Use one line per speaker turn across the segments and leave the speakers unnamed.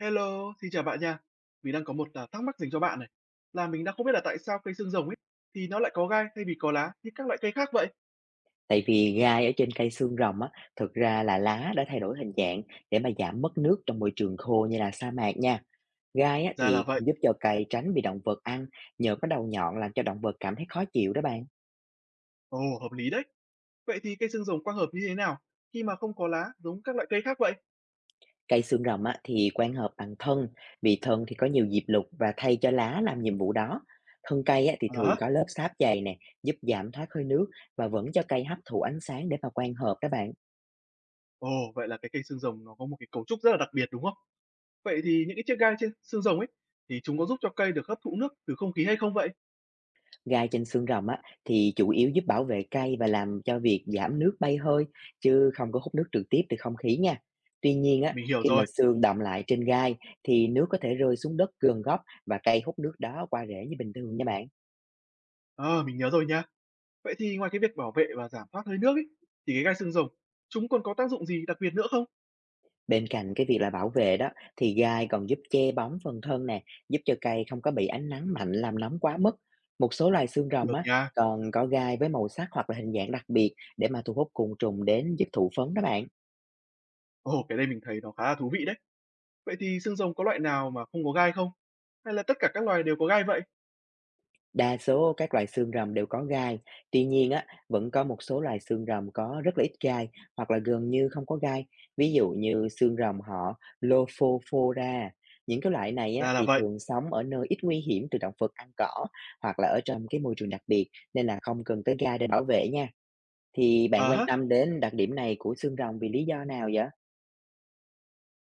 Hello, xin chào bạn nha. Mình đang có một thắc mắc dành cho bạn này. Là mình đang không biết là tại sao cây xương rồng ấy thì nó lại có gai thay vì có lá như các loại cây khác vậy?
Tại vì gai ở trên cây xương rồng á, thực ra là lá đã thay đổi hình dạng để mà giảm mất nước trong môi trường khô như là sa mạc nha. Gai á,
Ra là
thì
vậy.
cũng giúp cho cây tránh bị động vật ăn nhờ có đầu nhọn làm cho động vật cảm thấy khó chịu đó bạn.
Ồ, hợp lý đấy. Vậy thì cây xương rồng quang hợp như thế nào khi mà không có lá giống các loại cây khác vậy?
Cây xương rồng á, thì quan hợp bằng thân, vì thân thì có nhiều diệp lục và thay cho lá làm nhiệm vụ đó. Thân cây á, thì
À,
thường
hả?
có lớp sáp dày nè, giúp giảm thoát hơi nước và vẫn cho cây hấp thụ ánh sáng để mà quang hợp đó bạn.
Ồ, vậy là cái cây xương rồng nó có một cái cấu trúc rất là đặc biệt đúng không? Vậy thì những cái chiếc gai trên xương rồng ấy thì chúng có giúp cho cây được hấp thụ nước từ không khí hay không vậy?
Gai trên xương rồng á, thì chủ yếu giúp bảo vệ cây và làm cho việc giảm nước bay hơi, chứ không có hút nước trực tiếp từ không khí nha. Tuy nhiên á,
Mình hiểu
khi mà
rồi.
xương đọng lại trên gai thì nước có thể rơi xuống đất gần gốc, và cây hút nước đó qua rễ như bình thường nha bạn.
À, mình nhớ rồi nha. Vậy thì ngoài cái việc bảo vệ và giảm thoát hơi nước ấy thì cái gai xương rồng chúng còn có tác dụng gì đặc biệt nữa không?
Bên cạnh cái việc là bảo vệ đó, thì gai còn giúp che bóng phần thân nè, giúp cho cây không có bị ánh nắng mạnh làm nóng quá mức. Một số loài xương rồng
Được
á,
nha.
còn có gai với màu sắc hoặc là hình dạng đặc biệt để mà thu hút côn trùng đến giúp thụ phấn đó bạn.
Ồ, cái đây mình thấy nó khá là thú vị đấy. Vậy thì xương rồng có loại nào mà không có gai không? Hay là tất cả các loài đều có gai vậy?
Đa số các loài xương rồng đều có gai, tuy nhiên á, vẫn có một số loài xương rồng có rất là ít gai, hoặc là gần như không có gai, ví dụ như xương rồng họ Lophophora. Những cái loại này á,
Ra là
thì
vậy.
thường sống ở nơi ít nguy hiểm từ động vật ăn cỏ, hoặc là ở trong cái môi trường đặc biệt, nên là không cần tới gai để bảo vệ nha. Thì bạn
Ờ
quan
hớ,
tâm đến đặc điểm này của xương rồng vì lý do nào vậy?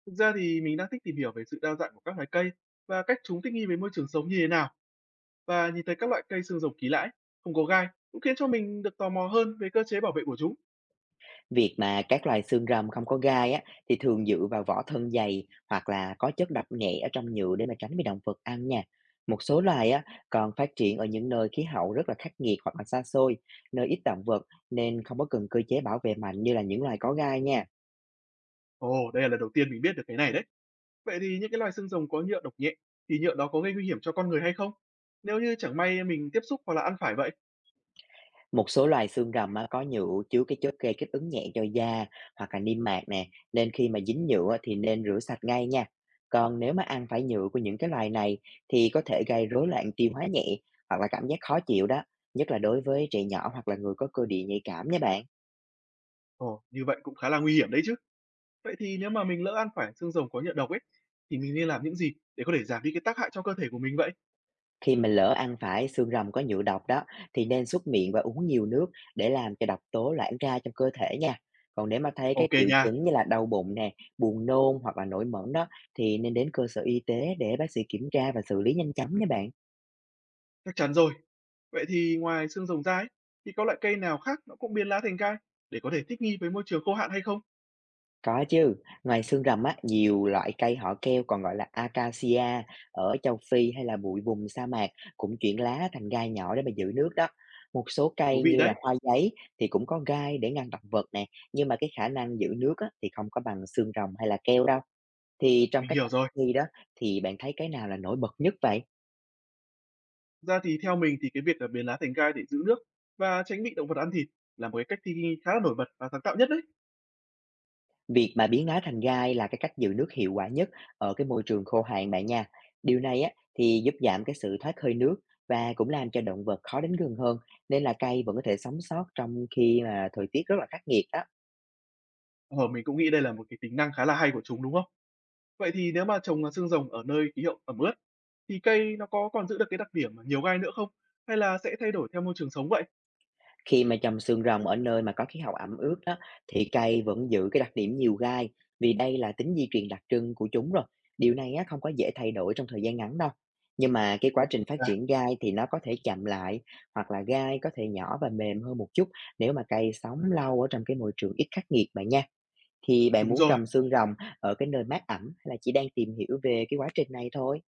thực ra thì mình đang thích tìm hiểu về sự đa dạng của các loài cây và cách chúng thích nghi với môi trường sống như thế nào. Và nhìn thấy các loại cây xương rồng kỳ lãi, không có gai, cũng khiến cho mình được tò mò hơn về cơ chế bảo vệ của chúng.
Việc mà các loài xương rồng không có gai á, thì thường dựa vào vỏ thân dày hoặc là có chất độc nhẹ ở trong nhựa để mà tránh bị động vật ăn nha. Một số loài á, còn phát triển ở những nơi khí hậu rất là khắc nghiệt hoặc là xa xôi, nơi ít động vật, nên không có cần cơ chế bảo vệ mạnh như là những loài có gai nha.
Ồ, đây là lần đầu tiên mình biết được cái này đấy. Vậy thì những cái loài xương rồng có nhựa độc nhẹ, thì nhựa đó có gây nguy hiểm cho con người hay không? Nếu như chẳng may mình tiếp xúc hoặc là ăn phải vậy,
Một số loài xương rồng á, có nhựa chứa cái chất gây kích ứng nhẹ cho da hoặc là niêm mạc nè, nên khi mà dính nhựa á, thì nên rửa sạch ngay nha. Còn nếu mà ăn phải nhựa của những cái loài này thì có thể gây rối loạn tiêu hóa nhẹ, hoặc là cảm giác khó chịu đó, nhất là đối với trẻ nhỏ hoặc là người có cơ địa nhạy cảm nha bạn.
Ồ, như vậy cũng khá là nguy hiểm đấy chứ. Vậy thì nếu mà mình lỡ ăn phải xương rồng có nhựa độc ấy, thì mình nên làm những gì để có thể giảm đi cái tác hại cho cơ thể của mình vậy?
Khi mình lỡ ăn phải xương rồng có nhựa độc đó, thì nên súc miệng và uống nhiều nước để làm cho độc tố loãng ra trong cơ thể nha. Còn nếu mà thấy các
Ok
triệu
nha,
chứng như là đau bụng nè, buồn nôn hoặc là nổi mẩn đó, thì nên đến cơ sở y tế để bác sĩ kiểm tra và xử lý nhanh chóng nha bạn.
chắc chắn rồi. Vậy thì ngoài xương rồng ra ấy, thì có loại cây nào khác nó cũng biến lá thành gai để có thể thích nghi với môi trường khô hạn hay không?
Có chứ, ngoài xương rồng á, nhiều loại cây họ keo còn gọi là acacia ở châu Phi hay là bụi vùng sa mạc cũng chuyển lá thành gai nhỏ để mà giữ nước đó. Một số
Thú
cây
vị
như
đấy,
là hoa giấy thì cũng có gai để ngăn động vật nè, nhưng mà cái khả năng giữ nước á, thì không có bằng xương rồng hay là keo đâu. Thì trong
mình
các
hiểu
cách
rồi.
thi đó, thì bạn thấy cái nào là nổi bật nhất vậy?
Ra thì theo mình thì cái việc là biến lá thành gai để giữ nước và tránh bị động vật ăn thịt là một cái cách thích nghi khá là nổi bật và sáng tạo nhất đấy.
Việc mà biến đá thành gai là cái cách giữ nước hiệu quả nhất ở cái môi trường khô hạn bạn nha. Điều này á, thì giúp giảm cái sự thoát hơi nước và cũng làm cho động vật khó đến gần hơn, nên là cây vẫn có thể sống sót trong khi mà thời tiết rất là khắc nghiệt đó.
Ờ, mình cũng nghĩ đây là một cái tính năng khá là hay của chúng đúng không? Vậy thì nếu mà trồng, xương rồng ở nơi khí hậu ẩm ướt, thì cây nó có còn giữ được cái đặc điểm mà nhiều gai nữa không? Hay là sẽ thay đổi theo môi trường sống vậy?
Khi mà trồng xương rồng ở nơi mà có khí hậu ẩm ướt đó, thì cây vẫn giữ cái đặc điểm nhiều gai, vì đây là tính di truyền đặc trưng của chúng rồi. Điều này á, không có dễ thay đổi trong thời gian ngắn đâu. Nhưng mà cái quá trình phát
À,
triển gai thì nó có thể chậm lại, hoặc là gai có thể nhỏ và mềm hơn một chút nếu mà cây sống lâu ở trong cái môi trường ít khắc nghiệt bạn nha. Thì bạn
đúng
muốn
rồi,
trồng xương rồng ở cái nơi mát ẩm, hay là chỉ đang tìm hiểu về cái quá trình này thôi?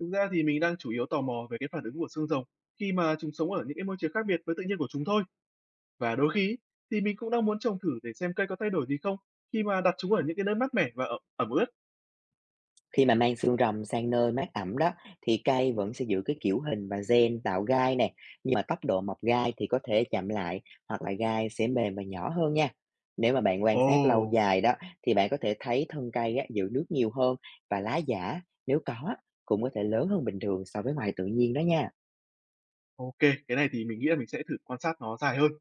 thực ra thì mình đang chủ yếu tò mò về cái phản ứng của xương rồng khi mà chúng sống ở những cái môi trường khác biệt với tự nhiên của chúng thôi. Và đôi khi ấy, thì mình cũng đang muốn trồng thử để xem cây có thay đổi gì không khi mà đặt chúng ở những cái nơi mát mẻ và ẩm ướt.
Khi mà mang xương rồng sang nơi mát ẩm đó, thì cây vẫn sẽ giữ cái kiểu hình và gen tạo gai nè, nhưng mà tốc độ mọc gai thì có thể chậm lại, hoặc là gai sẽ mềm và nhỏ hơn nha. Nếu mà bạn quan sát lâu
Ồ,
dài đó, thì bạn có thể thấy thân cây á, giữ nước nhiều hơn, và lá giả nếu có á, cũng có thể lớn hơn bình thường so với ngoài tự nhiên đó nha.
ok, cái này thì mình nghĩ là mình sẽ thử quan sát nó dài hơn.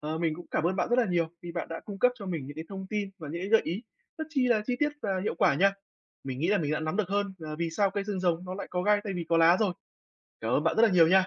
Ờ, mình cũng cảm ơn bạn rất là nhiều vì bạn đã cung cấp cho mình những cái thông tin và những cái gợi ý rất chi là chi tiết và hiệu quả nha. Mình nghĩ là mình đã nắm được hơn là vì sao cây xương rồng nó lại có gai thay vì có lá rồi. Cảm ơn bạn rất là nhiều nha.